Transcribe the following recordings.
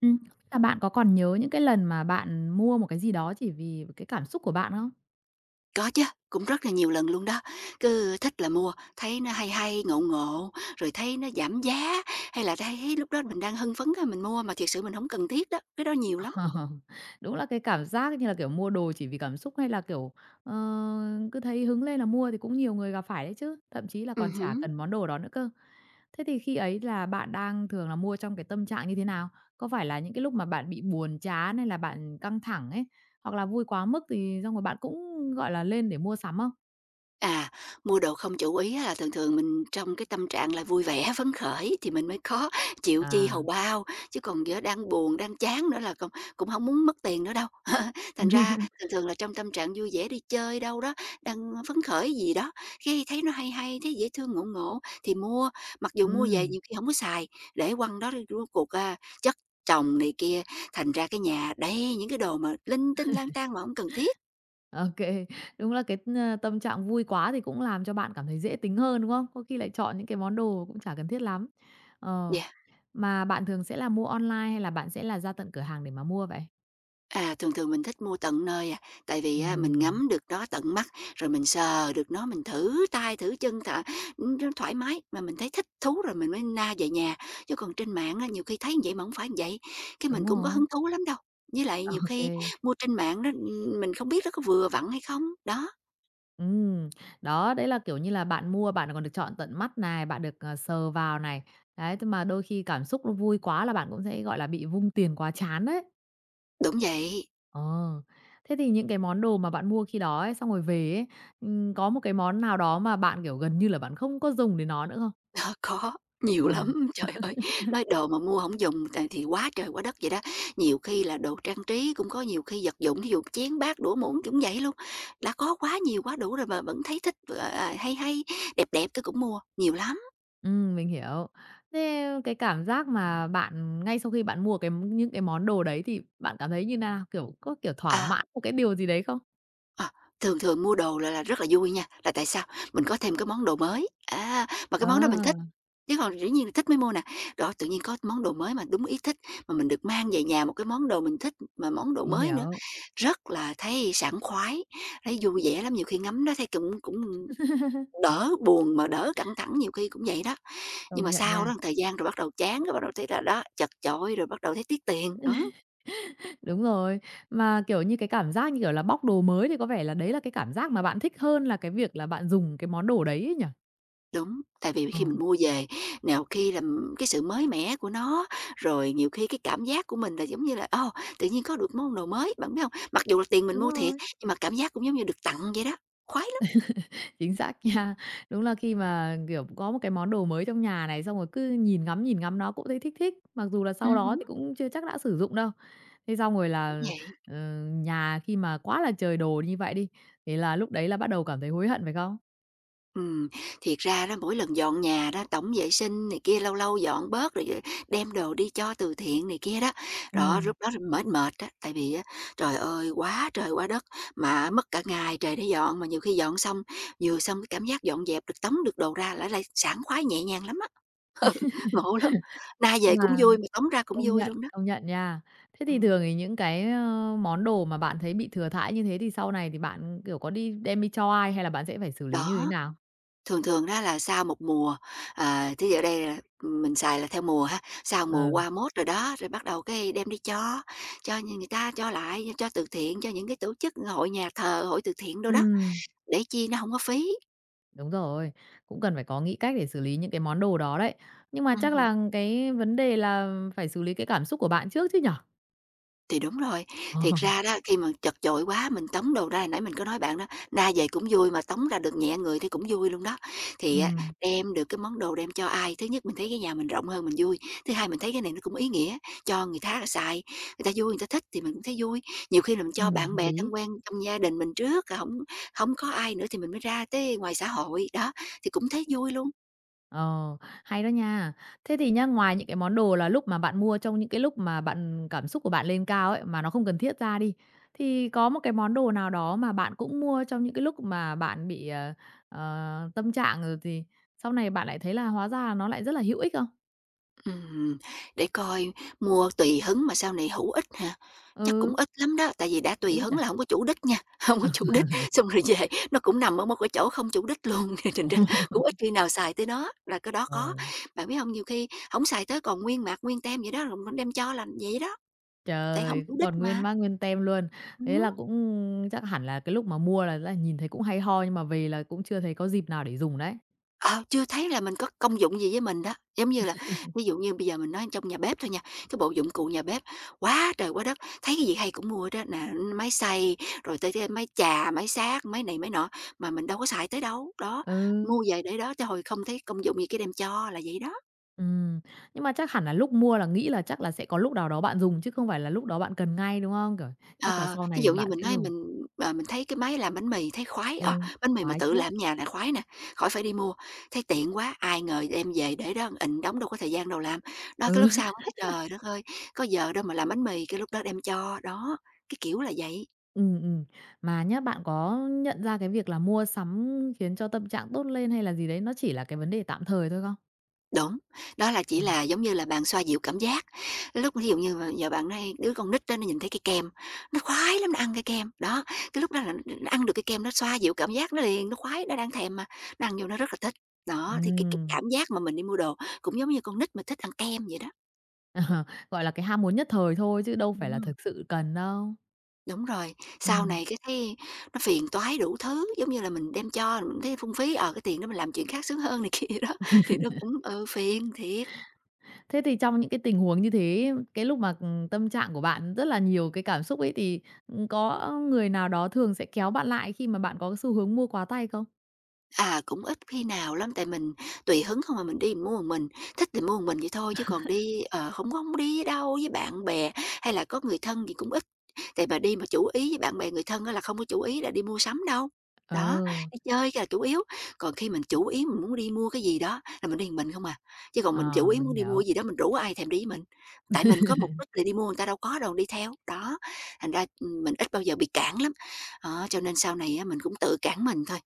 Ừm, là bạn có còn nhớ những cái lần mà bạn mua một cái gì đó chỉ vì cái cảm xúc của bạn không? Có chứ, cũng rất là nhiều lần luôn đó. Cứ thích là mua, thấy nó hay hay, ngộ ngộ, rồi thấy nó giảm giá, hay là thấy lúc đó mình đang hưng phấn á, mình mua mà thiệt sự mình không cần thiết đó, cái đó nhiều lắm. Ờ, đúng là cái cảm giác như là, kiểu, mua đồ chỉ vì cảm xúc hay là, kiểu, ờ, cứ thấy hứng lên là mua thì cũng nhiều người gặp phải đấy chứ, thậm chí là còn chả Hứm. cần món đồ đó nữa cơ. Thế thì khi ấy là bạn đang thường là mua trong cái tâm trạng như thế nào? Có phải là những cái lúc mà bạn bị buồn chán hay là bạn căng thẳng ấy, hoặc là vui quá mức thì xong rồi bạn cũng, gọi là, lên để mua sắm không? À, mua đồ không chủ ý á là thường thường mình trong cái tâm trạng là vui vẻ, phấn khởi thì mình mới khó chịu chi À. hầu bao, chứ còn giờ đang buồn, đang chán nữa là còn cũng không muốn mất tiền nữa đâu. Thành ra thường thường là trong tâm trạng vui vẻ đi chơi đâu đó, đang phấn khởi gì đó, cái thấy nó hay hay, thấy dễ thương, ngộ ngộ thì mua, mặc dù mua về Ừm. nhiều khi không có xài, để quăng đó đi rốt cuộc, chất chồng này kia, thành ra cái nhà đầy những cái đồ mà linh tinh lang tan mà không cần thiết. OK. Đúng là cái, tâm trạng vui quá thì cũng làm cho bạn cảm thấy dễ tính hơn, đúng không? Có khi lại chọn những cái món đồ cũng chả cần thiết lắm. Ờ, Yeah. mà bạn thường sẽ là mua online hay là bạn sẽ là ra tận cửa hàng để mà mua vậy? À, thường thường mình thích mua tận nơi à, tại vì á, mình Ừm. ngắm được nó tận mắt, rồi mình sờ được nó, mình thử tay thử chân thà nó thoải mái, mà mình thấy thích thú rồi mình mới na về nhà. Chứ còn trên mạng á, nhiều khi thấy như vậy mà hổng phải như vậy, cái Đúng mình cũng có rồi. hứng thú lắm đâu. Với lại nhiều khi OK. mua trên mạng đó, mình không biết nó có vừa vặn hay không. Đó, Ừ, đó, đấy là, kiểu như là, bạn mua bạn còn được chọn tận mắt này, bạn được, sờ vào này. Đấy, thế mà đôi khi cảm xúc nó vui quá là bạn cũng sẽ, gọi là, bị vung tiền quá chán đấy. đúng vậy. Ờ, thế thì những cái món đồ mà bạn mua khi đó ấy, xong rồi về ấy, có một cái món nào đó mà bạn, kiểu, gần như là bạn không có dùng đến nó nữa không? Ờ, có, nhiều Ờ, lắm, trời ơi! Nói đồ mà mua không dùng tại thì quá trời quá đất vậy đó. Nhiều khi là đồ trang trí, cũng có nhiều khi vật dụng, ví dụ chén bát đũa muỗng cũng vậy luôn. Đã có quá nhiều quá đủ rồi mà vẫn thấy thích, hay hay, đẹp đẹp tôi cũng mua, nhiều lắm. Mình hiểu. Thế cái cảm giác mà bạn ngay sau khi bạn mua cái những cái món đồ đấy thì bạn cảm thấy như nào? Kiểu, có, kiểu, thỏa Ờ, mãn một cái điều gì đấy không? ờ, thường thường mua đồ là rất là vui nha, là tại sao? Mình có thêm cái món đồ mới, à, mà cái Ờ, món đó mình thích. Chứ còn dĩ nhiên là thích mới mua nè. Đó, tự nhiên có món đồ mới mà đúng ý thích, mà mình được mang về nhà một cái món đồ mình thích, mà món đồ mình mới nữa, hiểu, rất là thấy sảng khoái, thấy vui vẻ lắm, nhiều khi ngắm đó thấy cũng cũng đỡ buồn mà đỡ căng thẳng, nhiều khi cũng vậy đó. Nhưng công mà nhận sau nha. đó một thời gian rồi bắt đầu chán, rồi bắt đầu thấy là đó, chật chội, rồi bắt đầu thấy tiếc tiền, đó. Đúng rồi, mà, kiểu như, cái cảm giác như kiểu là bóc đồ mới thì có vẻ là đấy là cái cảm giác mà bạn thích hơn là cái việc là bạn dùng cái món đồ đấy ấy nhỉ? Đúng, tại vì Ờ, khi mình mua về, nào khi là, cái sự mới mẻ của nó, rồi nhiều khi cái cảm giác của mình là giống như là, ồ, tự nhiên có được món đồ mới, bạn biết không? Mặc dù là tiền mình đúng mua thiệt, rồi. nhưng mà cảm giác cũng giống như được tặng vậy đó, khoái lắm. Chính xác nha. Đúng là khi mà, kiểu, có một cái món đồ mới trong nhà này, xong rồi cứ nhìn ngắm nó cũng thấy thích thích, mặc dù là sau đó Hứm. thì cũng chưa chắc đã sử dụng đâu. Thế xong rồi Cũng là, vậy. ờ, nhà khi mà quá là trời đồ như vậy đi, thì là lúc đấy là bắt đầu cảm thấy hối hận, phải không? Ừm, thiệt ra đó mỗi lần dọn nhà đó, tổng vệ sinh này kia, lâu lâu dọn bớt rồi, đem đồ đi cho từ thiện này kia đó. Ừ, Đó, lúc đó mệt mệt á, tại vì á, trời ơi, quá trời quá đất, mà mất cả ngày trời để dọn, mà nhiều khi dọn xong, vừa xong cái cảm giác dọn dẹp được tống được đồ ra lại lại sảng khoái nhẹ nhàng lắm á, ngộ lắm. Na về cũng mà vui mà tống ra cũng vui luôn đó. công nhận nha. Thế thì Ừm, thường thì những cái, món đồ mà bạn thấy bị thừa thãi như thế thì sau này thì bạn, kiểu, có đi đem đi cho ai hay là bạn sẽ phải xử lý đó. như thế nào? Thường thường đó là sau một mùa, à, thí dụ ở đây là mình xài là theo mùa ha, sau mùa Ừ, qua mốt rồi đó, rồi bắt đầu cái đem đi cho như người ta, cho lại, cho từ thiện, cho những cái tổ chức, hội nhà thờ, hội từ thiện đâu đó, ừm. để chi nó không có phí. Đúng rồi, cũng cần phải có nghĩ cách để xử lý những cái món đồ đó đấy. Nhưng mà chắc Ừm. là cái vấn đề là phải xử lý cái cảm xúc của bạn trước chứ nhở. Thì đúng rồi, Ờ, thiệt ra đó, khi mà chật chội quá mình tống đồ ra nãy mình có nói bạn đó, na về cũng vui mà tống ra được nhẹ người thì cũng vui luôn đó. Thì á, ừm, đem được cái món đồ đem cho ai, thứ nhất mình thấy cái nhà mình rộng hơn mình vui, thứ hai mình thấy cái này nó cũng ý nghĩa, cho người khác xài, người ta vui, người ta thích thì mình cũng thấy vui. Nhiều khi là mình cho bạn hợp bè lý. thân quen trong gia đình mình trước, không không có ai nữa thì mình mới ra tới ngoài xã hội, đó, thì cũng thấy vui luôn. Ờ, hay đó nha. Thế thì nhá, ngoài những cái món đồ là lúc mà bạn mua trong những cái lúc mà bạn cảm xúc của bạn lên cao ấy, mà nó không cần thiết ra đi, thì có một cái món đồ nào đó mà bạn cũng mua trong những cái lúc mà bạn bị, tâm trạng rồi thì sau này bạn lại thấy là hóa ra nó lại rất là hữu ích không? Ừm, để coi mua tùy hứng mà sau này hữu ích hả? Chắc cũng Ừ, ít lắm đó, tại vì đã cũng tùy ít hứng à? là không có chủ đích nha, không có chủ đích, xong rồi về nó cũng nằm ở một cái chỗ không chủ đích luôn, thì thành ra cũng ít khi nào xài tới nó, là cái đó Ờ, có. Bạn biết không nhiều khi không xài tới còn nguyên mạc, nguyên tem vậy đó, rồi mình đem cho là vậy đó, tại không trời chủ cũng đích còn nguyên mà. mác nguyên tem luôn. Thế Ừm. là cũng chắc hẳn là cái lúc mà mua là nhìn thấy cũng hay ho nhưng mà về là cũng chưa thấy có dịp nào để dùng đấy. Ờ, chưa thấy là mình có công dụng gì với mình đó. Giống như là, ví dụ như bây giờ mình nói trong nhà bếp thôi nha, cái bộ dụng cụ nhà bếp quá trời quá đất, thấy cái gì hay cũng mua đó á, máy xay, rồi tới cái máy chà, máy xát, máy này máy nọ, mà mình đâu có xài tới đâu. Đó, Ừ, mua về để đó, chứ hồi không thấy công dụng gì cái đem cho, là vậy đó. ừm, nhưng mà chắc hẳn là lúc mua là nghĩ là chắc là sẽ có lúc nào đó bạn dùng chứ không phải là lúc đó bạn cần ngay, đúng không? Kiểu, chắc là Ờ, sau thí này dụ như bạn mình sẽ nói dùng. mình, mình thấy cái máy làm bánh mì thấy khoái, Ừ, bánh mì mà khoái tự chứ. làm ở nhà nè khoái nè, khỏi phải đi mua, thấy tiện quá, ai ngờ đem về để đó ịnh đóng đâu có thời gian đâu làm. Đó, cái Ừ, lúc sau mới thấy trời đất ơi, có giờ đâu mà làm bánh mì, cái lúc đó đem cho, đó, cái kiểu là vậy. Ừm. Mà nhá, bạn có nhận ra cái việc là mua sắm khiến cho tâm trạng tốt lên hay là gì đấy, nó chỉ là cái vấn đề tạm thời thôi không? Đúng, đó là chỉ Ừm. là giống như là bạn xoa dịu cảm giác. Lúc ví dụ như mà giờ bạn nói đứa con nít đó nó nhìn thấy cái kem, nó khoái lắm, nó ăn cái kem. Đó, cái lúc đó là nó ăn được cái kem nó xoa dịu cảm giác nó liền, nó khoái, nó đang thèm mà, nó ăn vô nó rất là thích. Đó, thì cái Ừm. cảm giác mà mình đi mua đồ cũng giống như con nít mà thích ăn kem vậy đó. Ờ, gọi là, cái ham muốn nhất thời thôi chứ đâu phải là Ừm, thực sự cần đâu. đúng rồi, sau Ừm, này cái thấy nó phiền toái đủ thứ, giống như là mình đem cho, mình thấy phung phí, cái tiền đó mình làm chuyện khác sướng hơn này kia đó, thì nó cũng, phiền thiệt. Thế thì trong những cái tình huống như thế, cái lúc mà, tâm trạng của bạn rất là nhiều cái cảm xúc ấy thì, có người nào đó thường sẽ kéo bạn lại khi mà bạn có cái xu hướng mua quá tay không? À, cũng ít khi nào lắm, tại mình tùy hứng không mà mình đi mua một mình, thích thì mua một mình vậy thôi chứ còn đi, hổng có hông đi với đâu, với bạn bè hay là có người thân gì cũng ít, tại mà đi mà chủ ý với bạn bè, người thân á là không có chủ ý là đi mua sắm đâu. Đó, Ừ, đi chơi cái là chủ yếu, còn khi mình chủ ý mình muốn đi mua cái gì đó là mình đi một mình không à, chứ còn ờ, mình chủ ý mình muốn đi mua hiểu. cái gì đó mình rủ ai thèm đi với mình, tại mình có mục đích là đi mua người ta đâu có đâu đi theo. Đó, thành ra, mình ít bao giờ bị cản lắm, đó, cho nên sau này á mình cũng tự cản mình thôi.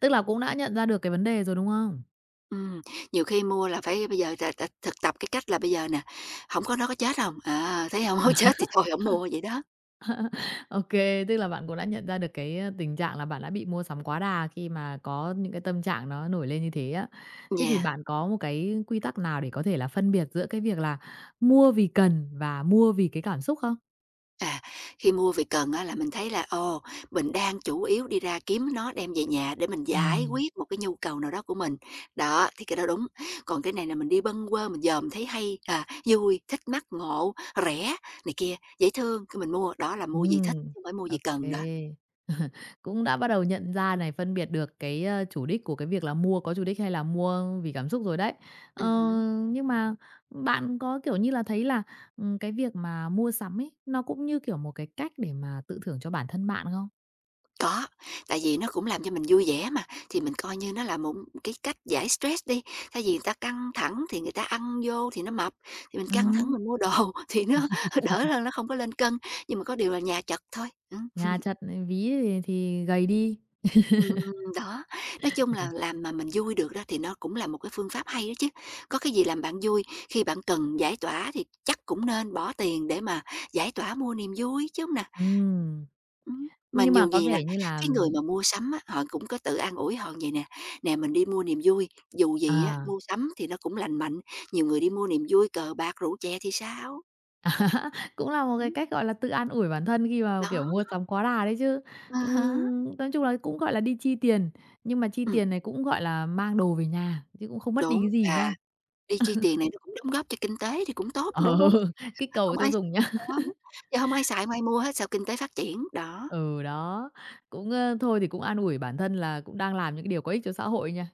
Tức là cũng đã nhận ra được cái vấn đề rồi, đúng không? Ừm, nhiều khi mua là phải bây giờ là thực tập cái cách là bây giờ nè, không có nó có chết không À, thấy không hông chết thì thôi không mua vậy đó. OK, tức là bạn cũng đã nhận ra được cái, tình trạng là bạn đã bị mua sắm quá đà khi mà có những cái tâm trạng nó nổi lên như thế á. Thế thì Yeah, bạn có một cái quy tắc nào để có thể là phân biệt giữa cái việc là mua vì cần và mua vì cái cảm xúc không? à, khi mua về cần á là mình thấy là, ồ, mình đang chủ yếu đi ra kiếm nó đem về nhà để mình giải Ừm. quyết một cái nhu cầu nào đó của mình. Đó, thì cái đó đúng, còn cái này là mình đi bâng quơ, mình dòm thấy hay, à, vui, thích mắt, ngộ, rẻ này kia, dễ thương, cái mình mua, đó là mua gì thích chứ Ừm, hông phải mua ô gì cần đó. kê. Cũng đã bắt đầu nhận ra này, phân biệt được cái, chủ đích của cái việc là mua có chủ đích hay là mua vì cảm xúc rồi đấy. Ờ, Ừm. nhưng mà bạn có, kiểu như là, thấy là, cái việc mà mua sắm ấy, nó cũng như kiểu một cái cách để mà tự thưởng cho bản thân bạn không? Có, tại vì nó cũng làm cho mình vui vẻ mà, thì mình coi như nó là một cái cách giải stress đi, thay vì người ta căng thẳng thì người ta ăn vô thì nó mập, thì mình căng thẳng Ừm, mình mua đồ thì nó đỡ hơn, nó không có lên cân, nhưng mà có điều là nhà chật thôi. Nhà chật, ví thì gầy đi. Đó, nói chung là làm mà mình vui được đó thì nó cũng là một cái phương pháp hay đó chứ. Có cái gì làm bạn vui, khi bạn cần giải tỏa thì chắc cũng nên bỏ tiền để mà giải tỏa mua niềm vui chứ hông nè? Ừ, Mà nhưng mà nhiều có gì nè, vẻ như là cái người mà mua sắm á, họ cũng có tự an ủi họ vậy nè, nè mình đi mua niềm vui, dù gì á, à. mua sắm thì nó cũng lành mạnh, nhiều người đi mua niềm vui cờ bạc, rượu chè thì sao? À, cũng là một cái Ừm, cách, gọi là, tự an ủi bản thân khi mà, đó, kiểu, mua sắm quá đà đấy chứ. à há, Nói chung là cũng, gọi là, đi chi tiền, nhưng mà chi ừm, tiền này cũng, gọi là, mang đồ về nhà, chứ cũng không mất đi đúng, cái gì và nhá. đi chi tiền này nó cũng đóng góp cho kinh tế thì cũng tốt Ờ, luôn, kích cầu hông tiêu ai dùng nhá. đó, giờ hông ai xài hông ai mua hết sao kinh tế phát triển, đó. Ừ, đó, cũng, thôi thì cũng an ủi bản thân là cũng đang làm những cái điều có ích cho xã hội nha.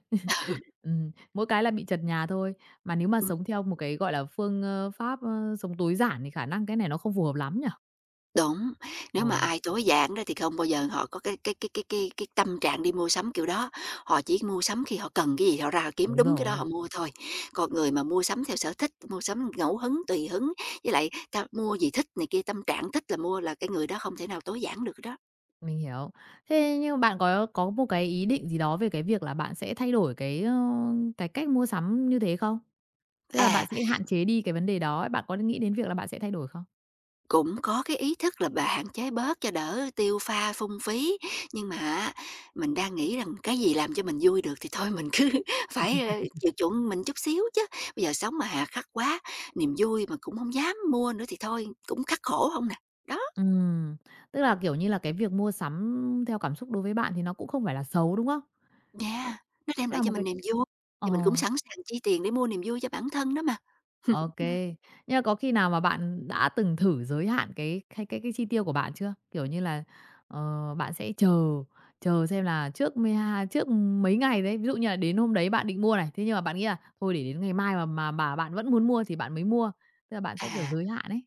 Mỗi cái là bị trật nhà thôi, mà nếu mà Ừm. sống theo một cái, gọi là, phương, pháp, sống tối giản thì khả năng cái này nó không phù hợp lắm nhỉ? Đúng, Ờ, nếu mà ai tối giản đó thì không bao giờ họ có cái tâm trạng đi mua sắm kiểu đó, họ chỉ mua sắm khi họ cần cái gì họ ra họ kiếm đúng đúng cái đó rồi. họ mua thôi. Còn người mà mua sắm theo sở thích, mua sắm ngẫu hứng, tùy hứng, với lại ta mua gì thích này kia, tâm trạng thích là mua là cái người đó không thể nào tối giản được đó. Mình hiểu. Thế nhưng bạn có một cái ý định gì đó về cái việc là bạn sẽ thay đổi cái, cái cách mua sắm như thế không? Tức là bạn À. sẽ hạn chế đi cái vấn đề đó ấy, bạn có nghĩ đến việc là bạn sẽ thay đổi không? Cũng có cái ý thức là bà hạn chế bớt cho đỡ tiêu pha phung phí, nhưng mà á, mình đang nghĩ rằng cái gì làm cho mình vui được thì thôi mình cứ phải, chiều chuộng mình chút xíu chứ. Bây giờ sống mà hà khắc quá, niềm vui mà cũng không dám mua nữa thì thôi cũng khắc khổ không nè. Đó, Ừm, Tức là, kiểu như là, cái việc mua sắm theo cảm xúc đối với bạn thì nó cũng không phải là xấu, đúng không? Nó nha nó cũng đem là lại một cho cái mình niềm vui ờ. thì mình cũng sẵn sàng chi tiền để mua niềm vui cho bản thân đó mà. OK. Kê. Nhưng mà có khi nào mà bạn đã từng thử giới hạn cái chi tiêu của bạn chưa? Kiểu như là, bạn sẽ chờ chờ xem là trước 10 ha trước mấy ngày đấy, ví dụ như là đến hôm đấy bạn định mua này, thế nhưng mà bạn nghĩ là "Thôi để đến ngày mai mà bạn vẫn muốn mua thì bạn mới mua." Tức là bạn sẽ, kiểu, À. giới hạn ấy.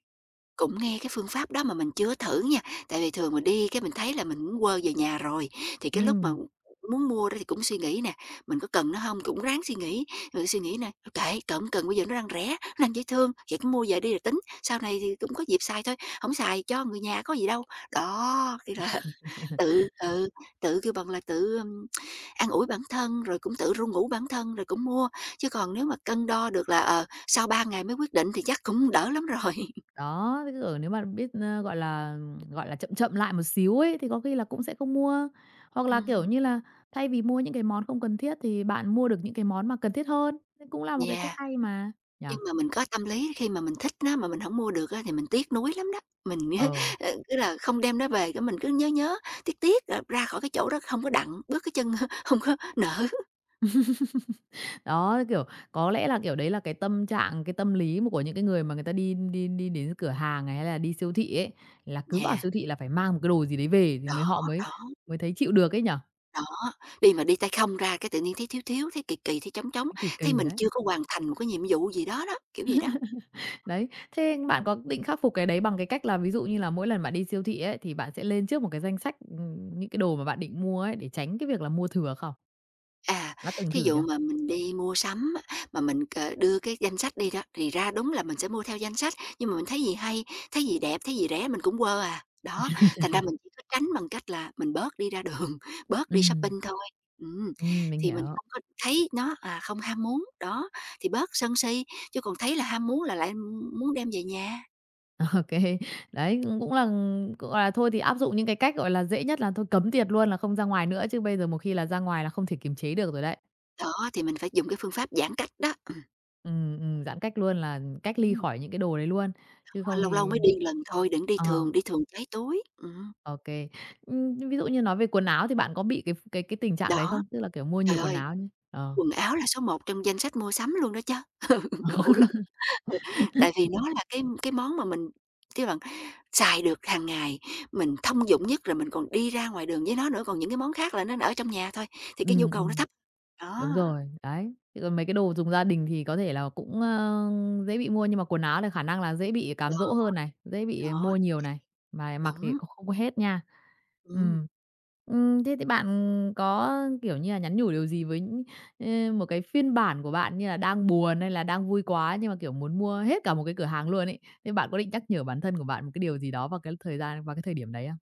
Cũng nghe cái phương pháp đó mà mình chưa thử nha, tại vì thường mình đi cái mình thấy là mình muốn quơ về nhà rồi, thì cái lúc mà Ừ. muốn mua đó thì cũng suy nghĩ nè, mình có cần nó không? Cũng ráng suy nghĩ, rồi suy nghĩ nè, "Ờ, kệ, cần cần bây giờ nó đang rẻ, nó đang dễ thương, vậy cứ mua về đi rồi tính, sau này thì cũng có dịp xài thôi, không xài cho người nhà có gì đâu." Đó, tức là tự ừ, tự kêu bằng là tự an ủi bản thân, rồi cũng tự ru ngủ bản thân rồi cũng mua, chứ còn nếu mà cân đo được là, sau 3 ngày mới quyết định thì chắc cũng đỡ lắm rồi. Đó, cái kiểu, nếu mà biết, gọi là, chậm chậm lại một xíu ấy, thì có khi là cũng sẽ không mua. Hoặc là, kiểu Ừm. như là, thay vì mua những cái món không cần thiết thì bạn mua được những cái món mà cần thiết hơn, đấy cũng là một cái cách Yeah, hay mà, nhỉ? nhưng mà mình có tâm lý khi mà mình thích nó mà mình hổng mua được á thì mình tiếc nuối lắm đó. Mình Ờ, cứ là không đem nó về cái mình cứ nhớ nhớ, tiếc tiếc, ra khỏi cái chỗ đó không có đặng, bước cái chân không có nở. đó, kiểu, có lẽ là, kiểu, đấy là cái tâm trạng, cái tâm lý mà của những cái người mà người ta đi đi đi đến cửa hàng này hay là đi siêu thị ấy, là cứ vào Nhà siêu thị là phải mang một cái đồ gì đấy về thì đó, mới họ mới đó, mới thấy chịu được ấy nhỉ? đó, đi mà đi tay không ra cái tự nhiên thấy thiếu thiếu, thấy kỳ kỳ, thấy trống trống, Thấy kỳ kỳ thấy mình đấy. chưa có hoàn thành một cái nhiệm vụ gì đó đó, kiểu gì đó. Đấy, thế bạn có định khắc phục cái đấy bằng cái cách là ví dụ như là mỗi lần bạn đi siêu thị ấy, thì bạn sẽ lên trước một cái danh sách, những cái đồ mà bạn định mua ấy, để tránh cái việc là mua thừa không? À, Đã từng thí thử dụ chưa? mà mình đi mua sắm á, mà mình, đưa cái danh sách đi đó, thì ra đúng là mình sẽ mua theo danh sách, nhưng mà mình thấy gì hay, thấy gì đẹp, thấy gì rẻ mình cũng quơ à. Đó, thành ra mình chỉ có tránh bằng cách là mình bớt đi ra đường, bớt đi Ừm, shopping thôi. Ừm, mình thì mình hiểu. không có thấy nó, à, không ham muốn, đó, thì bớt sân si, chứ còn thấy là ham muốn là lại muốn đem về nhà. Ô kê. Đấy, cũng cũng là, gọi là, thôi thì áp dụng những cái cách, gọi là, dễ nhất là thôi cấm tiệt luôn là không ra ngoài nữa, chứ bây giờ một khi là ra ngoài là không thể kiềm chế được rồi đấy. Đó, thì mình phải dùng cái phương pháp giãn cách đó, Giãn cách luôn là cách ly ừm, khỏi những cái đồ đấy luôn, chứ không lâu thì lâu mới đi lần thôi, đừng đi ờ. thường, đi thường cháy túi. OK. Ví dụ như nói về quần áo thì bạn có bị cái tình trạng đấy Đó, không? Tức là, kiểu, mua trời nhiều quần ơi! áo nhá. Ờ. Quần áo là số một trong danh sách mua sắm luôn đó chớ. Ngộ lắm. Ừ, tại vì nó là cái món mà mình, cái bạn, xài được hàng ngày, mình thông dụng nhất, rồi mình còn đi ra ngoài đường với nó nữa, còn những cái món khác là nó ở trong nhà thôi, thì cái nhu cầu nó ừm. thấp. Đúng Đó, rồi, đấy. Thế còn mấy cái đồ dùng gia đình thì có thể là cũng, dễ bị mua, nhưng mà quần áo thì khả năng là dễ bị cám đó, dỗ hơn này, dễ bị đó, mua nhiều này, mà mặc thì đúng, cũng không có hết nha. Ừ ừm. Ừm, thế thì bạn có, kiểu như là, nhắn nhủ điều gì với, một cái phiên bản của bạn như là đang buồn hay là đang vui quá nhưng mà, kiểu, muốn mua hết cả một cái cửa hàng luôn ấy, thế bạn có định nhắc nhở bản thân của bạn một cái điều gì đó vào cái thời gian vào cái thời điểm đấy không?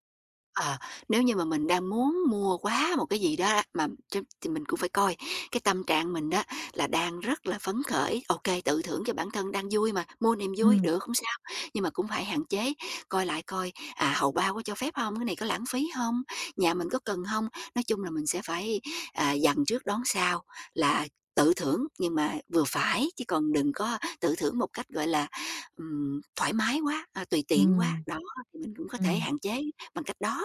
Ờ, nếu như mà mình đang muốn mua quá một cái gì đó mà ch thì mình cũng phải coi cái tâm trạng mình đó là đang rất là phấn khởi, ok tự thưởng cho bản thân đang vui mà, mua niềm vui, Ừ, được, hông sao. Nhưng mà cũng phải hạn chế, coi lại coi, hầu bao có cho phép không, cái này có lãng phí không, nhà mình có cần không? Nói chung là mình sẽ phải, dằn trước đón sau là tự thưởng nhưng mà vừa phải, chứ còn đừng có tự thưởng một cách, gọi là, thoải mái quá, tùy tiện quá. ừ, Đó, thì mình cũng có thể ừ. hạn chế bằng cách đó.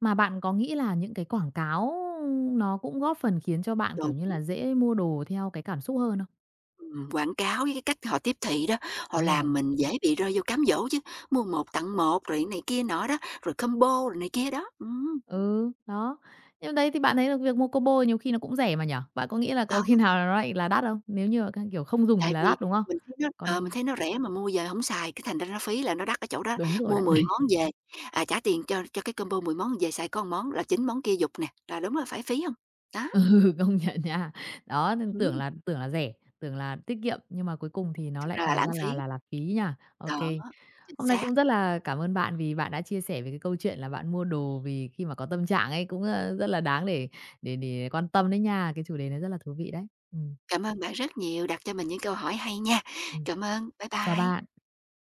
Mà bạn có nghĩ là những cái quảng cáo nó cũng góp phần khiến cho bạn, kiểu Đúng, như là, dễ mua đồ theo cái cảm xúc hơn không? Quảng cáo với cái cách họ tiếp thị đó, họ Đúng rồi. làm mình dễ bị rơi vô cám dỗ chứ, mua một tặng một rồi này kia nọ đó, rồi combo rồi này kia đó. Ừ, đó. Nhưng mà đấy thì bạn thấy là việc mua combo nhiều khi nó cũng rẻ mà nhỉ? Bạn có nghĩ là có Đó, khi nào nó lại là đắt không? Nếu như mà, kiểu, không dùng thì tại là vì đắt, đúng không? Còn đôi mình thấy nó rẻ mà mua về hổng xài, cái thành ra nó phí là nó đắt ở chỗ đó, Đúng rồi mua đấy. 10 món về, trả tiền cho cái combo 10 món về xài có một món là 9 món kia dục nè, là đúng là phải phí hông? Đó, Ừ, công nhận nha. Đó, nên tưởng ừm, là tưởng là rẻ, tưởng là tiết kiệm, nhưng mà cuối cùng thì nó thực lại ra là thành ra lãng là phí, là là phí nha. OK. đó, chính Hôm nay xác. cũng rất là cảm ơn bạn vì bạn đã chia sẻ về cái câu chuyện là bạn mua đồ vì khi mà có tâm trạng ấy, cũng, rất là đáng để quan tâm đấy nha. Cái chủ đề này rất là thú vị đấy. Cảm ơn bạn rất nhiều đặt cho mình những câu hỏi hay nha. ừm, Cảm ơn, bye chào bye. bạn.